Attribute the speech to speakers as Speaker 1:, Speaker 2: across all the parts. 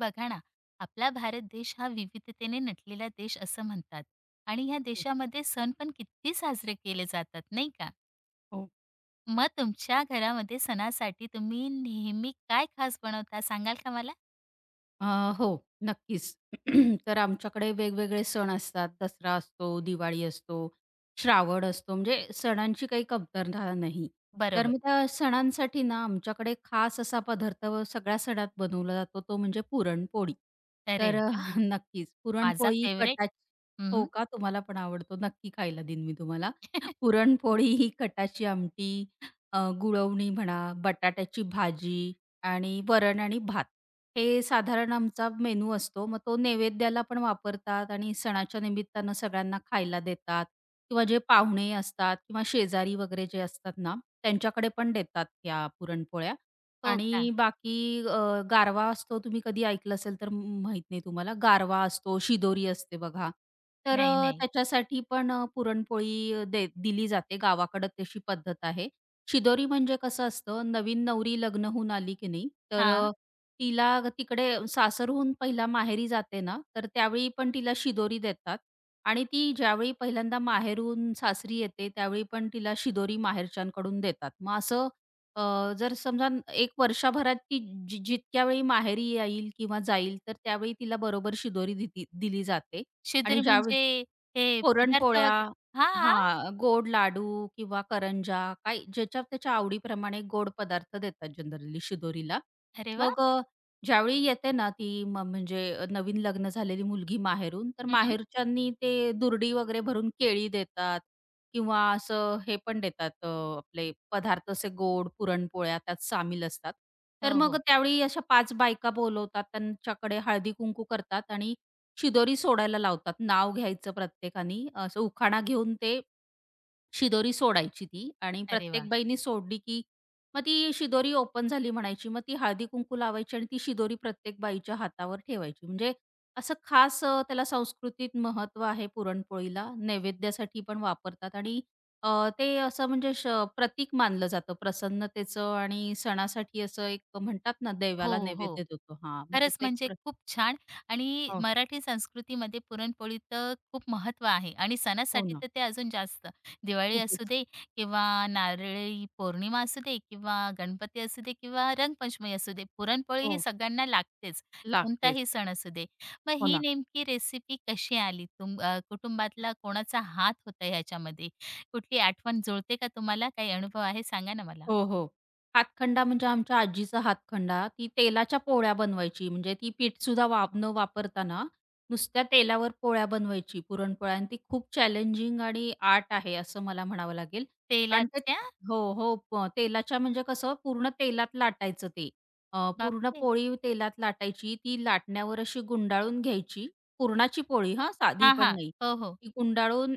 Speaker 1: बघा ना. आपला भारत देश हा विविधतेने नटलेला देश असं म्हणतात. आणि ह्या देशामध्ये सण पण किती साजरे केले जातात नाही का?
Speaker 2: हो.
Speaker 1: मग तुमच्या घरामध्ये सणासाठी तुम्ही नेहमी काय खास बनवता सांगाल का मला?
Speaker 2: अ, हो, नक्कीच. तर आमच्याकडे वेगवेगळे सण असतात. दसरा असतो, दिवाळी असतो, श्रावण असतो, म्हणजे सणांची काही कमतरता नाही. तर
Speaker 1: बरोबर.
Speaker 2: मग त्या सणांसाठी ना, आमच्याकडे खास असा पदार्थ व सगळ्या सणात बनवला जातो, तो म्हणजे पुरणपोळी.
Speaker 1: अरे
Speaker 2: तर
Speaker 1: वा.
Speaker 2: नक्कीच
Speaker 1: माझा
Speaker 2: पुरणपोळी
Speaker 1: फेवरेट.
Speaker 2: कटाची. हो
Speaker 1: हं,
Speaker 2: का? तुम्हाला पण आवडतो? नक्की खायला देईन मी तुम्हाला. पुरणपोळी, ही कटाची आमटी, गुळवणी म्हणा, बटाट्याची भाजी आणि वरण आणि भात. हे साधारण आमचा मेनू असतो. मग तो नैवेद्याला पण वापरतात आणि सणाच्या निमित्तानं सगळ्यांना खायला देतात किंवा जे पाहुणे असतात किंवा शेजारी वगैरे जे असतात ना, त्यांच्याकडे पण देतात या पुरणपोळ्या.
Speaker 1: हो का?
Speaker 2: आणि बाकी गारवा असतो, तुम्ही कधी ऐकलं असेल तर माहीत नाही तुम्हाला. गारवा असतो, शिदोरी असते बघा. तर
Speaker 1: नाही नाही.
Speaker 2: त्याच्यासाठी पण पुरणपोळी अ, दे दिली जाते. गावाकडं तशी पद्धत आहे. शिदोरी म्हणजे कसं असतं, नवीन नवरी लग्न होऊन आली की नाही, तर
Speaker 1: हा.
Speaker 2: तिला तिकडे सासरहून पहिला माहेरी जाते ना, तर त्यावेळी पण तिला शिदोरी देतात आणि ती ज्यावेळी पहिल्यांदा माहेरून सासरी येते, त्यावेळी पण तिला शिदोरी माहेरच्यांकडून देतात. मग असं जर समजा 1 वर्षभरात ती जितक्या वेळी माहेरी येईल किंवा जाईल, तर त्यावेळी तिला बरोबर शिदोरी दिली दिली जाते आणि
Speaker 1: शिदुरी
Speaker 2: ज्यावेळी
Speaker 1: म्हणजे हे पदार्थ
Speaker 2: पुरणपोळ्या,
Speaker 1: वगैरे? हा.
Speaker 2: हां, गोड लाडू किंवा करंजा काही ज्याच्या त्याच्या आवडीप्रमाणे गोड पदार्थ देतात जनरली शिदोरीला.
Speaker 1: अरे वा.
Speaker 2: मग ज्यावेळी येते ना ती म्हणजे नवीन लग्न झालेली मुलगी माहेरून, तर
Speaker 1: हं,
Speaker 2: माहेरच्यांनी ते दुर्डी वगैरे भरून केळी देतात किंवा असं हे पण देतात आपले पदार्थ असे गोड पुरणपोळ्या त्यात सामील असतात. तर
Speaker 1: हो
Speaker 2: मग
Speaker 1: हो.
Speaker 2: त्यावेळी अशा 5 बायका बोलवतात, त्यांच्याकडे हळदी-कुंकू करतात आणि शिदोरी सोडायला लावतात. नाव घ्यायचं प्रत्येकानी. असं उखाणा घेऊन ते शिदोरी सोडायची ती आणि
Speaker 1: अरे वा.
Speaker 2: प्रत्येक बाईनी सोडली, की मग ती शिदोरी ओपन झाली म्हणायची. मग ती हळदी-कुंकू लावायची आणि ती शिदोरी प्रत्येक बाईच्या हातावर ठेवायची. म्हणजे असं खास, त्याला सांस्कृतिक महत्त्व आहे पुरणपोळीला. नैवेद्यासाठी पण वापरतात आणि अ, ते असं म्हणजे प्रतीक मानलं जातं प्रसन्नतेचं आणि सणासाठी असं एक म्हणतात ना,
Speaker 1: हो
Speaker 2: देवाला
Speaker 1: हो हो.
Speaker 2: नैवेद्य देतो. हां, मग
Speaker 1: खरंच
Speaker 2: त्याचं एक
Speaker 1: म्हणजे खूप छान. आणि
Speaker 2: हो,
Speaker 1: मराठी संस्कृतीमध्ये पुरणपोळीचं खूप महत्त्व आहे आणि
Speaker 2: हो
Speaker 1: सणासाठी
Speaker 2: ना.
Speaker 1: तर ते अजून जास्त. दिवाळी असू
Speaker 2: खूपच.
Speaker 1: दे किंवा नारळी पौर्णिमा असू दे किंवा गणपती असू दे किंवा रंगपंचमी असू दे, पुरणपोळी ही
Speaker 2: हो.
Speaker 1: सगळ्यांना लागतेच,
Speaker 2: लागतेच.
Speaker 1: कोणताही सण असू दे. मग
Speaker 2: हो
Speaker 1: ही
Speaker 2: ना.
Speaker 1: नेमकी रेसिपी कशी आली? कुटुंबातला कोणाचा हात होता ह्याच्यामध्ये? कुठली आठवण जुळते का तुम्हाला? काही अनुभव आहे सांगा ना मला?
Speaker 2: हो, हो. हातखंडा म्हणजे आमच्या आजीचा हातखंडा, ती तेलाच्या पोळ्या बनवायची. म्हणजे ती पीठसुद्धा न वापरता ना, नुसत्या तेलावर पोळ्या बनवायची पुरणपोळ्या आणि ती खूप चॅलेंजिंग आणि आर्ट आहे असं मला म्हणावं लागेल. कारण ते
Speaker 1: तेलाच्या.
Speaker 2: हो, हो. तेलाच्या म्हणजे कसं पूर्ण तेलात लाटायचं ते. पूर्ण
Speaker 1: बापरे!
Speaker 2: पोळी तेलात लाटायची. ती लाटण्यावर अशी गुंडाळून घ्यायची. पुरणाची पोळी, हां, साधी
Speaker 1: हां,
Speaker 2: पण
Speaker 1: हां.
Speaker 2: नाही.
Speaker 1: हो, हो.
Speaker 2: ती गुंडाळून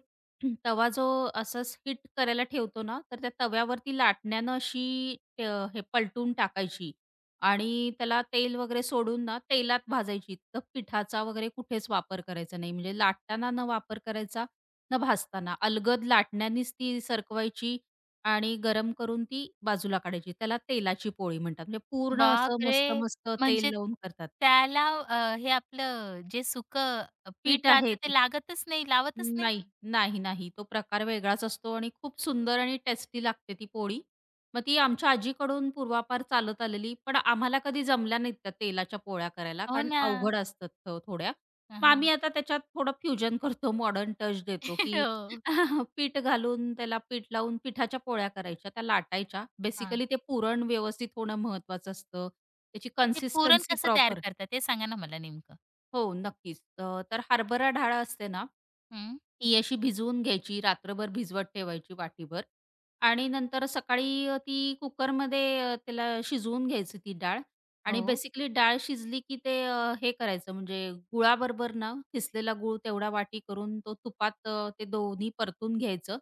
Speaker 2: तवा जो असंच हिट करायला ठेवतो ना, तर त्या तव्यावरती लाटण्यानं अशी, हे पलटून टाकायची आणि त्याला तेल वगैरे सोडून ना, तेलात भाजायची. तर पिठाचा वगैरे कुठेच वापर करायचा नाही. म्हणजे लाटताना न वापर करायचा, न भाजताना. अलगद लाटण्यानीच ती सरकवायची आणि गरम करून ती बाजूला काढायची. त्याला तेलाची पोळी म्हणतात. म्हणजे पूर्ण असं
Speaker 1: बापरे!
Speaker 2: मस्त-मस्त तेल
Speaker 1: म्हणजे
Speaker 2: लावून करतात.
Speaker 1: त्याला हे आपलं जे सुकं
Speaker 2: पीठ
Speaker 1: पीठ
Speaker 2: आहे
Speaker 1: राहतं ते लागतच नाही, लावतच नाही.
Speaker 2: नाही, नाही, नाही. तो प्रकार वेगळाच असतो आणि खूप सुंदर आणि टेस्टी लागते ती पोळी. मग ती आमच्या आजीकडून पूर्वापार चालत आलेली, पण आम्हाला कधी जमल्या नाहीत त्या तेलाच्या पोळ्या करायला,
Speaker 1: हो
Speaker 2: कारण
Speaker 1: ना.
Speaker 2: अवघड असतात थोड्या.
Speaker 1: हां,
Speaker 2: मग आम्ही
Speaker 1: हां.
Speaker 2: आता त्याच्यात थोडं फ्युजन करतो, मॉडर्न टच देतो, की
Speaker 1: हो.
Speaker 2: पीठ घालून त्याला पीठ लावून पिठाच्या पोळ्या करायच्या, त्या लाटायच्या.
Speaker 1: हां.
Speaker 2: बेसिकली ते पुरण व्यवस्थित होणं महत्त्वाचं असतं. त्याची
Speaker 1: ते पुरण
Speaker 2: कन्सिस्टन्सी
Speaker 1: कसं तयार
Speaker 2: प्रॉपर
Speaker 1: करतात ते सांगा ना मला नेमकं?
Speaker 2: हो, नक्कीच. तर हरभरा डाळ असते ना,
Speaker 1: हं.
Speaker 2: ती अशी भिजवून घ्यायची, रात्रभर भिजवत ठेवायची वाटीभर आणि नंतर सकाळी ती कुकरमध्ये, त्याला शिजवून घ्यायची ती डाळ आणि
Speaker 1: हो.
Speaker 2: बेसिकली डाळ शिजली की ते, हे करायचं म्हणजे गुळाबरोबर ना किसलेला गूळ तेवढा वाटी करून तो तुपात, ते दोन्ही परतून घ्यायचं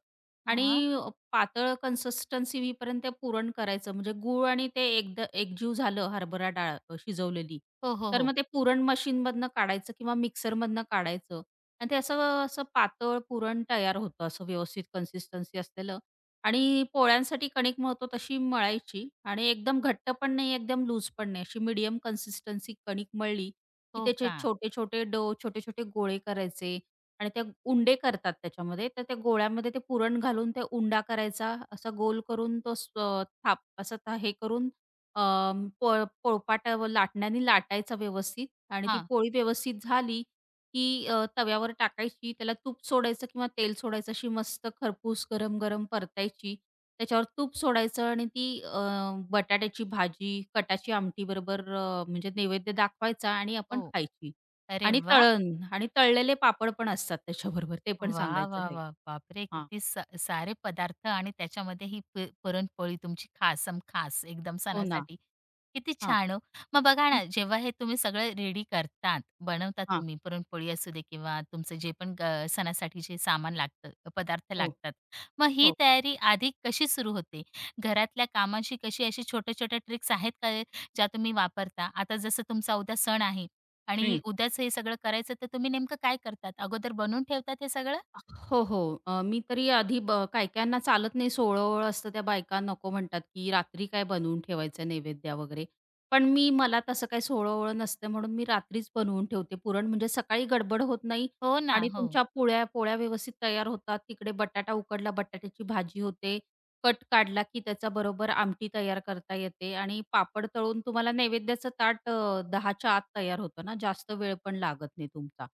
Speaker 2: आणि
Speaker 1: हां.
Speaker 2: पातळ कन्सिस्टन्सी होईपर्यंत ते पुरण करायचं. म्हणजे गूळ आणि ते एकदा एकजीव झालं हरभरा डाळ, शिजवलेली,
Speaker 1: हो, हो,
Speaker 2: तर
Speaker 1: हो.
Speaker 2: मग ते पुरण मशीनमधनं काढायचं किंवा मिक्सरमधनं काढायचं आणि ते असं, असं पातळ पुरण तयार होतं, असं व्यवस्थित कन्सिस्टन्सी असलेलं आणि पोळ्यांसाठी कणिक मळतो तशी मळायची आणि एकदम घट्ट पण नाही, एकदम लूज पण नाही. अशी मीडियम कन्सिस्टन्सी कणिक मळली, की
Speaker 1: हो
Speaker 2: त्याचे
Speaker 1: का?
Speaker 2: छोटे-छोटे गोळे करायचे आणि त्या उंडे करतात त्याच्यामध्ये. तर त्या गोळ्यामध्ये ते पुरण घालून ते उंडा करायचा, असा गोल करून तो थाप असं हे करून, अ, पोळपाट लाटण्याने लाटायचा व्यवस्थित आणि ती
Speaker 1: हां.
Speaker 2: पोळी व्यवस्थित झाली की तव्यावर टाकायची, त्याला तूप सोडायचं किंवा तेल सोडायचं, अशी मस्त खरपूस गरम-गरम परतायची. त्याच्यावर तूप सोडायचं आणि ती, बटाट्याची भाजी, कटाची आमटी बरोबर, म्हणजे नैवेद्य दाखवायचा आणि
Speaker 1: हो.
Speaker 2: आपण खायची.
Speaker 1: अरे
Speaker 2: आणि
Speaker 1: वाह!
Speaker 2: तळण आणि तळलेले पापड पण असतात त्याच्याबरोबर, ते पण
Speaker 1: वा,
Speaker 2: सांगायचं
Speaker 1: वा,
Speaker 2: राहील.
Speaker 1: वा, बापरे!
Speaker 2: हां.
Speaker 1: किती स सारे पदार्थ आणि त्याच्यामध्ये ही प पुरणपोळी तुमची खासम खास एकदम
Speaker 2: हो ना.
Speaker 1: सणासाठी. किती
Speaker 2: हां.
Speaker 1: छान हो. मग बघा
Speaker 2: हं.
Speaker 1: ना, जेव्हा हे तुम्ही सगळं रेडी करतात, बनवतात
Speaker 2: हां.
Speaker 1: तुम्ही पुरणपोळी असू दे किंवा तुमचं जे पण ग सणासाठी जे सामान लागतं, पदार्थ
Speaker 2: हो,
Speaker 1: लागतात. मग ही
Speaker 2: हो.
Speaker 1: तयारी आधी कशी सुरू होते? घरातल्या कामाशी कशी अशी छोट्या-छोट्या ट्रिक्स आहेत का ज्या तुम्ही वापरता? आता जसं तुमचा उद्या सण आहे आणि
Speaker 2: हं.
Speaker 1: उद्याच हे सगळं करायचं, तर तुम्ही नेमकं काय करतात? अगोदर बनवून ठेवतात हे सगळं?
Speaker 2: हो, हो. मी तरी आधी काही-काहींना चालत नाही, सोवळं असतं, त्या बायका नको म्हणतात, की रात्री काय बनवून ठेवायचं नैवेद्या वगैरे. पण मी मला तसं काही सोवळं-ओवळं नसतं, म्हणून मी रात्रीच बनवून ठेवते पुरण. म्हणजे सकाळी गडबड होत नाही
Speaker 1: हो ना,
Speaker 2: आणि
Speaker 1: हो.
Speaker 2: तुमच्या पोळ्या पोळ्या व्यवस्थित तयार होतात. तिकडे बटाटा उकडला, बटाट्याची भाजी होते. कट काढला, की त्याच्याबरोबर आमटी तयार करता येते आणि पापड तळून तुम्हाला नैवेद्याचं ताट, 10च्या आत तयार होतं ना, जास्त वेळ पण लागत नाही तुमचा.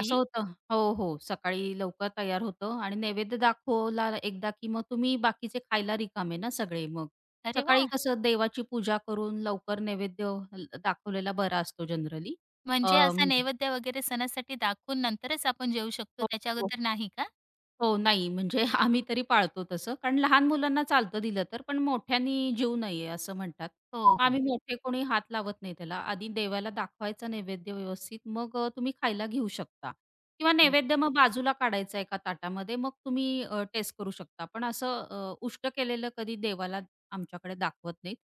Speaker 2: असं होतं. हो, हो. सकाळी लवकर तयार होतं आणि नैवेद्य दाखवला एकदा, की मग तुम्ही बाकीचे खायला रिकामे ना सगळे मग.
Speaker 1: अरे वा.
Speaker 2: सकाळी कसं देवाची पूजा करून लवकर नैवेद्य दाखवलेला बरा असतो जनरली.
Speaker 1: म्हणजे असा
Speaker 2: म्हणजे
Speaker 1: नैवेद्य वगैरे सणासाठी दाखवून नंतरच आपण जेवू शकतो,
Speaker 2: हो,
Speaker 1: त्याच्या
Speaker 2: हो.
Speaker 1: अगोदर नाही का?
Speaker 2: हो, नाही म्हणजे आम्ही तरी पाळतो तसं. कारण लहान मुलांना चालतं दिलं तर, पण मोठ्यांनी जीव नाहीये असं म्हणतात.
Speaker 1: हो, हो.
Speaker 2: आम्ही मोठे कोणी हात लावत नाही त्याला. आधी देवाला दाखवायचा नैवेद्य व्यवस्थित, मग तुम्ही खायला घेऊ शकता किंवा
Speaker 1: बरोबर.
Speaker 2: नैवेद्य मग बाजूला काढायचा एका ताटामध्ये, मग तुम्ही टेस्ट करू शकता. पण असं, उष्ट केलेलं कधी देवाला आमच्याकडे दाखवत नाहीत.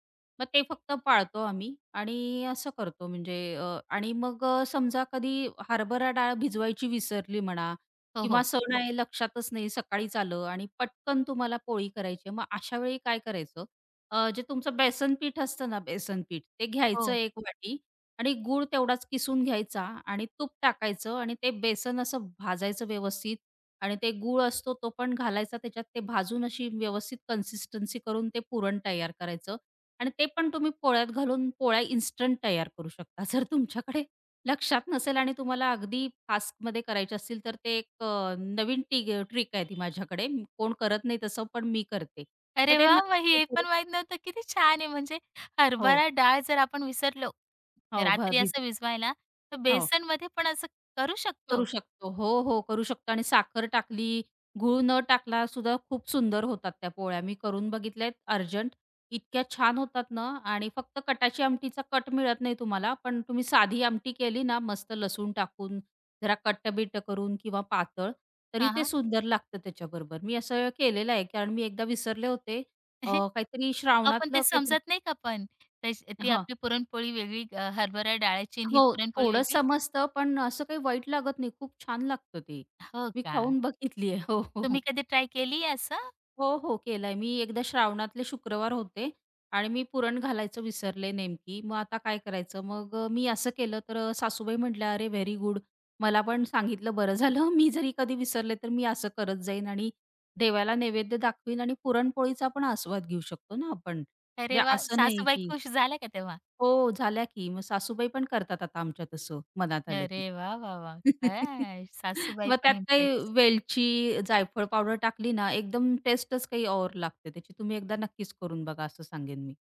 Speaker 2: मग ते फक्त पाळतो आम्ही आणि असं करतो म्हणजे, आणि मग, समजा कधी हरभरा डाळ भिजवायची विसरली म्हणा
Speaker 1: हो,
Speaker 2: किंवा
Speaker 1: हो.
Speaker 2: सण आहे लक्षातच नाही, सकाळीच आलं आणि पटकन तुम्हाला पोळी करायची आहे. मग अशा वेळी काय करायचं? जे तुमचं बेसन पीठ असतं ना, बेसन पीठ ते घ्यायचं
Speaker 1: हो.
Speaker 2: एक वाटी आणि गूळ तेवढाच किसून घ्यायचा आणि तूप टाकायचं आणि ते बेसन असं भाजायचं व्यवस्थित आणि ते गूळ असतो तो पण घालायचा त्याच्यात. ते भाजून अशी व्यवस्थित कन्सिस्टन्सी करून ते पुरण तयार करायचं आणि ते पण तुम्ही पोळ्यात घालून पोळ्या इन्स्टंट तयार करू शकता. जर तुमच्याकडे लक्षात नसेल आणि तुम्हाला अगदी फास्टमध्ये करायचे असतील तर ते एक, नवीन ट्रिक आहे ती माझ्याकडे. कोण करत नाही तसं, पण मी करते. तर
Speaker 1: अरे
Speaker 2: ते
Speaker 1: वा, मग
Speaker 2: नक्की
Speaker 1: हे
Speaker 2: हो.
Speaker 1: पण माहीत नव्हतं. किती छान आहे. म्हणजे
Speaker 2: हो,
Speaker 1: हरभरा डाळ जर आपण विसरलो,
Speaker 2: हो.
Speaker 1: रात्री
Speaker 2: भिज
Speaker 1: असं विझवायला, तर
Speaker 2: हो.
Speaker 1: बेसनमध्ये पण असं करू
Speaker 2: करू
Speaker 1: शकतो.
Speaker 2: शकतो. हो, हो. करू शकतो आणि साखर टाकली, गूळ न टाकला सुद्धा खूप सुंदर होतात त्या पोळ्या. मी करून बघितल्यात अर्जंट. इतक्या छान होतात ना, आणि फक्त कटाची आमटीचा कट मिळत नाही तुम्हाला. पण तुम्ही साधी आमटी केली ना मस्त लसूण टाकून, जरा कट्ट-बिट्ट करून किंवा पातळ, तरी
Speaker 1: हां,
Speaker 2: ते
Speaker 1: हां.
Speaker 2: सुंदर लागतं त्याच्याबरोबर. मी असं केलेलं आहे कारण मी एकदा विसरले होते. अ, काहीतरी
Speaker 1: अहो, पण
Speaker 2: श्रावणातलं
Speaker 1: ते
Speaker 2: काहीतरी
Speaker 1: समजत नाही का पण? तश ती आपली पुरणपोळी वेगळी, हरभरा डाळाची आणि ही
Speaker 2: हो,
Speaker 1: पुरणपोळी
Speaker 2: थोडं
Speaker 1: वेगळी.
Speaker 2: समजतं, पण असं काही वाईट लागत नाही. खूप छान लागतं ते.
Speaker 1: हो
Speaker 2: मी
Speaker 1: का?
Speaker 2: खाऊन बघितली आहे. हो, हो, हो.
Speaker 1: तुम्ही कधी ट्राय केली असं?
Speaker 2: हो, हो, केलंय. मी एकदा श्रावणातले शुक्रवार होते आणि मी पुरण घालायचं विसरले नेमकी. मग आता काय करायचं? मग, मी असं केलं तर, सासूबाई म्हटल्या, "अरे, व्हेरी गुड. मला पण सांगितलं बरं झालं. मी जरी कधी विसरले, तर मी असं करत जाईन आणि देवाला नैवेद्य दाखवीन आणि पुरणपोळीचा पण आस्वाद घेऊ शकतो ना आपण."
Speaker 1: अरे
Speaker 2: म्हणजे
Speaker 1: वाह!
Speaker 2: असं नाही
Speaker 1: सासूबाई
Speaker 2: की
Speaker 1: खुश झाल्या का तेव्हा?
Speaker 2: हो, झाल्या की. मग सासूबाई पण करतात आता आमच्या तसं, मनात आलं की.
Speaker 1: अरे वा, वा, वा, काय सासूबाई
Speaker 2: मग
Speaker 1: पण
Speaker 2: त्यात काही
Speaker 1: इम्प्रेस.
Speaker 2: वेलची, जायफळ पावडर टाकली ना, एकदम टेस्टच काही और लागते त्याची. तुम्ही एकदा नक्कीच करून बघा असं सांगेन मी.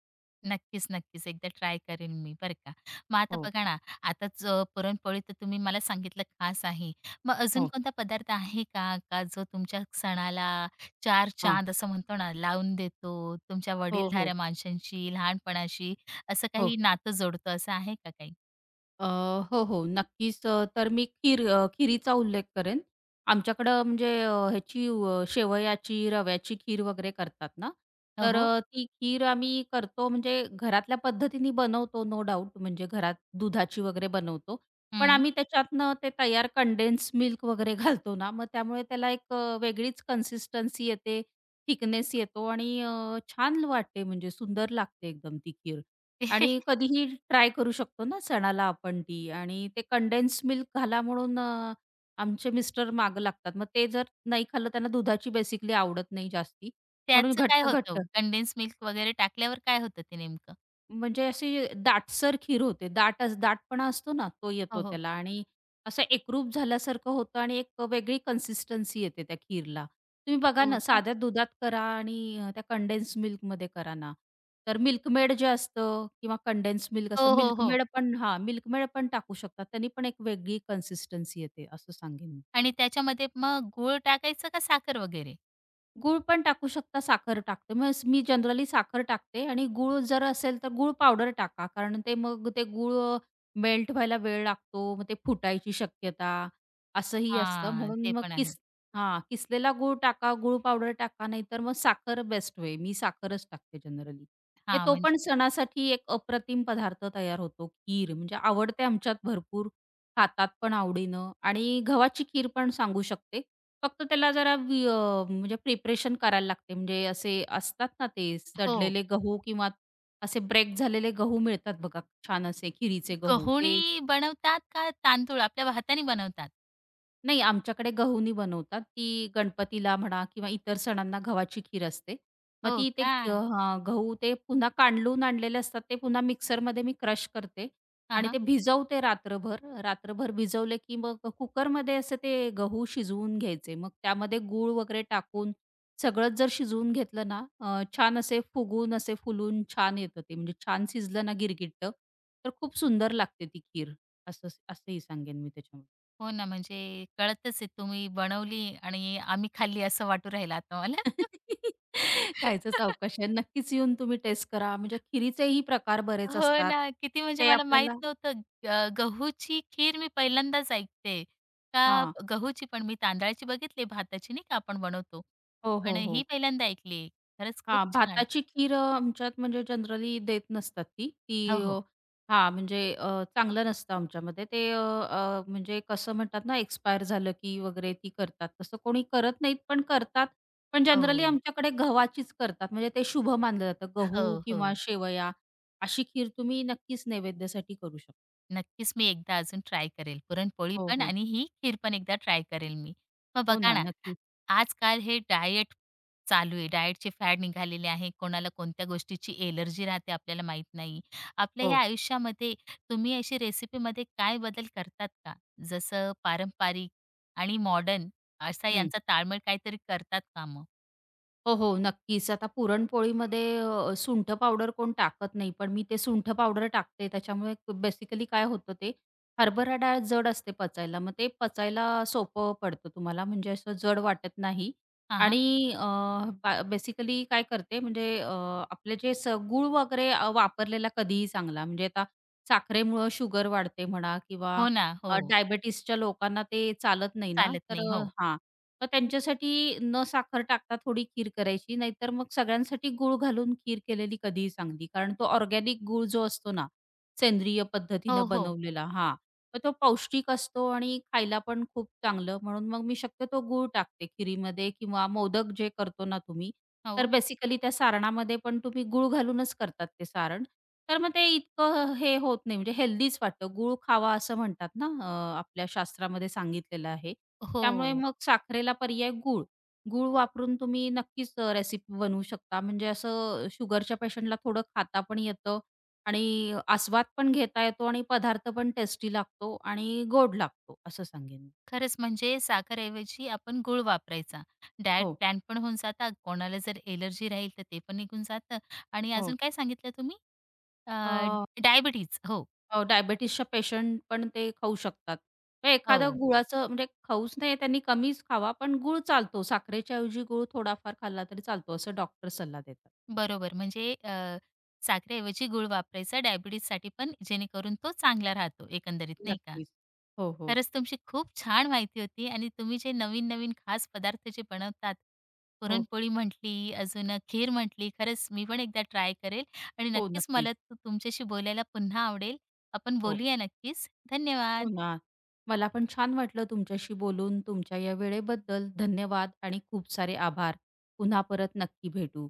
Speaker 1: नक्कीच, नक्कीच. एकदा ट्राय करेन मी बरं का. मग आता
Speaker 2: हो,
Speaker 1: बघा ना, आताच पुरणपोळी तर तुम्ही मला सांगितलं खास आहे. मग अजून
Speaker 2: हो.
Speaker 1: कोणता पदार्थ आहे का, का जो तुमच्या सणाला 4
Speaker 2: हां.
Speaker 1: चांद असं म्हणतो ना, लावून देतो? तुमच्या
Speaker 2: हो, हो.
Speaker 1: वडीलधाऱ्या माणसांशी, लहानपणाशी असं
Speaker 2: हो.
Speaker 1: काही नातं जोडतो, असं आहे का काही?
Speaker 2: अ, हो, हो. नक्कीच. तर मी खीर, खिरीचा उल्लेख करेन. आमच्याकडं म्हणजे, ह्याची, शेवयाची, रव्याची खीर वगैरे करतात ना,
Speaker 1: हो,
Speaker 2: तर
Speaker 1: हो.
Speaker 2: ती खीर आम्ही करतो म्हणजे घरातल्या पद्धतीने बनवतो नो डाऊट म्हणजे घरात दुधाची वगैरे बनवतो. पण
Speaker 1: हं.
Speaker 2: आम्ही त्याच्यातनं ते तयार कंडेन्स मिल्क वगैरे घालतो ना, मग त्यामुळे त्याला एक, वेगळीच कन्सिस्टन्सी येते, थिकनेस येतो आणि छान वाटते म्हणजे सुंदर लागते एकदम ती खीर. आणि कधीही ट्राय करू शकतो ना सणाला आपण ती आणि ते कंडेन्स मिल्क घाला म्हणून, आमचे मिस्टर मागं लागतात. मग ते जर नाही खाल्लं त्यांना दुधाची बेसिकली आवडत नाही जास्ती म्हणून
Speaker 1: त्याचं काय
Speaker 2: घट्ट-घट्ट
Speaker 1: होतं कंडेन्स मिल्क वगैरे टाकल्यावर काय होतं ते नेमकं?
Speaker 2: म्हणजे अशी दाटसर खीर होते. दाटपणा असतो ना, तो
Speaker 1: हो,
Speaker 2: येतो
Speaker 1: हो.
Speaker 2: त्याला आणि असं एकरूप झाल्यासारखं होतं आणि एक वेगळी कन्सिस्टन्सी येते त्या खीरला. तुम्ही बघा
Speaker 1: हो
Speaker 2: ना,
Speaker 1: का?
Speaker 2: साध्या दुधात करा आणि, त्या कंडेन्स मिल्कमध्ये करा ना, तर मिल्कमेड जे असतं किंवा कंडेन्स मिल्क असं
Speaker 1: हो, हो, हो.
Speaker 2: मिल्कमेड पण, हां, मिल्कमेड पण टाकू शकतात. त्यांनी पण एक वेगळी कन्सिस्टन्सी येते, असं सांगेन.
Speaker 1: आणि त्याच्यामध्ये मग गूळ टाकायचं का साखर वगैरे?
Speaker 2: गूळ पण टाकू शकता, साखर टाकते. मग मी जनरली साखर टाकते आणि गूळ जर असेल तर गूळ पावडर टाका. कारण ते मग ते गूळ, मेल्ट व्हायला वेळ लागतो. मग ते फुटायची शक्यता असंही असतं.
Speaker 1: हां,
Speaker 2: म्हणून
Speaker 1: ते
Speaker 2: मग
Speaker 1: पण आहे.
Speaker 2: किस, हां, किसलेला गूळ टाका, गूळ पावडर टाका, नाहीतर मग साखर बेस्ट वे. मी साखरच टाकते जनरली. हे
Speaker 1: हां,
Speaker 2: तो
Speaker 1: म्हणजे
Speaker 2: पण सणासाठी एक अप्रतिम पदार्थ तयार होतो. खीर म्हणजे आवडते आमच्यात भरपूर, खातात पण आवडीनं आणि गव्हाची खीर पण सांगू शकते. फक्त त्याला जरा म्हणजे प्रिपरेशन करायला लागते. म्हणजे असे असतात ना ते
Speaker 1: हो.
Speaker 2: सडलेले गहू किंवा असे ब्रेक झालेले गहू मिळतात बघा, छान असे खिरीचे गहू. ते
Speaker 1: गव्हाणी बनवतात का तांदूळ आपल्या हाताने बनवतात?
Speaker 2: नाही, आमच्याकडे गहूनी बनवतात. ती गणपतीला म्हणा किंवा इतर सणांना गव्हाची खीर असते. मग
Speaker 1: हो
Speaker 2: ती ते,
Speaker 1: का?
Speaker 2: हां, गहू ते पुन्हा कांडलून आणलेले असतात, ते पुन्हा मिक्सरमध्ये मी क्रश करते
Speaker 1: हां,
Speaker 2: आणि
Speaker 1: हां.
Speaker 2: ते भिजवते रात्रभर. रात्रभर भिजवले की मग कुकरमध्ये असे ते गहू शिजवून घ्यायचे. मग त्यामध्ये गूळ वगैरे टाकून सगळंच जर शिजवून घेतलं ना, छान असे फुगून, असे फुलून छान येतं ते. म्हणजे छान शिजलं ना गिरगिट्ट, तर खूप सुंदर लागते ती खीर. असं असंही सांगेन मी त्याच्यामध्ये.
Speaker 1: हो ना, म्हणजे कळतच आहे तुम्ही बनवली आणि आम्ही खाल्ली असं वाटू राहिलं आता मला.
Speaker 2: खायचंच अवकाश आहे. नक्कीच येऊन तुम्ही टेस्ट करा. म्हणजे खिरीचेही प्रकार बरेच
Speaker 1: हो
Speaker 2: असतात.
Speaker 1: ना, किती म्हणजे
Speaker 2: ते
Speaker 1: मला माहीत
Speaker 2: आपल्याला
Speaker 1: नव्हतं. गहूची खीर मी पहिल्यांदाच ऐकते. का
Speaker 2: हां.
Speaker 1: गहूची पण मी तांदळाची बघितली, भाताची नाही का आपण बनवतो.
Speaker 2: हो,
Speaker 1: पण
Speaker 2: हो, हो.
Speaker 1: ही पहिल्यांदा ऐकली. खरंच खूप
Speaker 2: हां,
Speaker 1: छान.
Speaker 2: भाताची खीर, आमच्यात म्हणजे जनरली देत नसतात ती. ती,
Speaker 1: हो, हो.
Speaker 2: हां, म्हणजे, चांगलं नसतं आमच्यामध्ये. ते, अ, अ, म्हणजे कसं म्हणतात ना, एक्सपायर झालं की वगैरे ती करतात. तसं कोणी करत नाहीत, पण करतात. पण जनरली
Speaker 1: हो.
Speaker 2: आमच्याकडे गव्हाचीच करतात. म्हणजे ते शुभ मानलं जातं. गहू
Speaker 1: हो, हो.
Speaker 2: किंवा शेवया, अशी खीर तुम्ही नक्कीच नैवेद्यासाठी करू शकता.
Speaker 1: नक्कीच मी एकदा अजून ट्राय करेल. पुरणपोळी
Speaker 2: हो,
Speaker 1: पण
Speaker 2: हो.
Speaker 1: आणि ही खीर पण एकदा ट्राय करेल मी. मग
Speaker 2: हो
Speaker 1: बघा
Speaker 2: ना,
Speaker 1: ना,
Speaker 2: नक्कीच.
Speaker 1: आजकाल हे डायट चालू आहे. डायटचे फॅड निघालेले आहे. कोणाला कोणत्या गोष्टीची एलर्जी राहते आपल्याला माहीत नाही. आपल्या
Speaker 2: हो.
Speaker 1: या आयुष्यामध्ये तुम्ही अशी रेसिपीमध्ये काय बदल करतात का? जसं पारंपरिक आणि मॉडर्न असा
Speaker 2: हं.
Speaker 1: यांचा ताळमेळ काहीतरी करतात का मग?
Speaker 2: हो, हो, नक्कीच. आता पुरणपोळीमध्ये, सुंठ पावडर कोण टाकत नाही, पण मी ते सुंठ पावडर टाकते. त्याच्यामुळे बेसिकली काय होतं ते, हरभरा डाळ जड असते पचायला, मग ते पचायला सोपं पडतं तुम्हाला, म्हणजे असं जड वाटत नाही.
Speaker 1: हां, हां.
Speaker 2: आणि बेसिकली काय करते म्हणजे, आपले जे गूळ वगैरे, वापरलेला कधीही चांगला. म्हणजे आता साखरेमुळं शुगर वाढते म्हणा किंवा,
Speaker 1: हो ना. हो.
Speaker 2: डायबिटीजच्या लोकांना ते चालत नाही ना,
Speaker 1: चालत
Speaker 2: तर,
Speaker 1: नाही. हो.
Speaker 2: हां. मग त्यांच्यासाठी न साखर टाकता थोडी खीर करायची, नाहीतर मग सगळ्यांसाठी गूळ घालून खीर केलेली कधीही चांगली. कारण तो ऑर्गॅनिक गूळ जो असतो ना, सेंद्रिय
Speaker 1: हो,
Speaker 2: पद्धतीनं
Speaker 1: हो.
Speaker 2: बनवलेला, हां. मग तो पौष्टिक असतो आणि खायला पण खूप चांगलं म्हणून मग मी शक्यतो गूळ टाकते खिरीमध्ये किंवा मोदक जे करतो ना तुम्ही, तर
Speaker 1: हो.
Speaker 2: बेसिकली त्या सारणामध्ये पण तुम्ही गूळ घालूनच करतात ते सारण. तर मग ते इतकं हे होत नाही म्हणजे हेल्दीच वाटतं. गूळ खावा असं म्हणतात ना, आपल्या शास्त्रामध्ये सांगितलेलं आहे. त्यामुळे
Speaker 1: हो.
Speaker 2: मग साखरेला पर्याय गूळ. गूळ वापरून तुम्ही नक्कीच, रेसिपी बनवू शकता. म्हणजे असं शुगरच्या पेशंटला थोडं खाता पण येतं आणि आस्वाद पण घेता येतो आणि पदार्थ पण टेस्टी लागतो आणि गोड लागतो असं सांगेन.
Speaker 1: खरंच म्हणजे साखरऐवजी आपण गूळ वापरायचा. डायट
Speaker 2: हो,
Speaker 1: प्लॅन पण होऊन जाता. कोणाला जर एलर्जी राहील तर ते पण निघून जातं आणि अजून
Speaker 2: हो.
Speaker 1: काय सांगितलं तुम्ही? अ,
Speaker 2: अ
Speaker 1: डायबिटीज हो,
Speaker 2: अ, डायबिटीसच्या पेशंट पण ते खाऊ शकतात. मग एखादं
Speaker 1: हो.
Speaker 2: गुळाचं म्हणजे खाऊच नाही त्यांनी कमीच खावा, पण गुळ चालतो. साखरेच्या ऐवजी गूळ थोडाफार खाल्ला तरी चालतो असं डॉक्टर सल्ला देतात.
Speaker 1: बरोबर. म्हणजे अ, साखरेऐवजी गूळ वापरायचा डायबिटीजसाठी पण, जेणेकरून तो चांगला राहतो एकंदरीत, नाही का?
Speaker 2: नक्कीच. हो, हो.
Speaker 1: खरंच तुमची खूप छान माहिती होती आणि तुम्ही जे नवीन-नवीन खास पदार्थ जे बनवतात,
Speaker 2: हो,
Speaker 1: पुरणपोळी म्हटली, अजून खीर म्हटली, खरंच मी पण एकदा ट्राय करेल आणि
Speaker 2: हो.
Speaker 1: नक्कीच
Speaker 2: नक्कीच.
Speaker 1: मला तु- तुमच्याशी बोलायला पुन्हा आवडेल. आपण
Speaker 2: हो.
Speaker 1: बोलूया नक्कीच.
Speaker 2: हो
Speaker 1: धन्यवाद.
Speaker 2: ना. मला पण छान वाटलं तुमच्याशी बोलून. तुमच्या या वेळेबद्दल धन्यवाद आणि खूप सारे आभार. पुन्हा परत नक्की भेटू.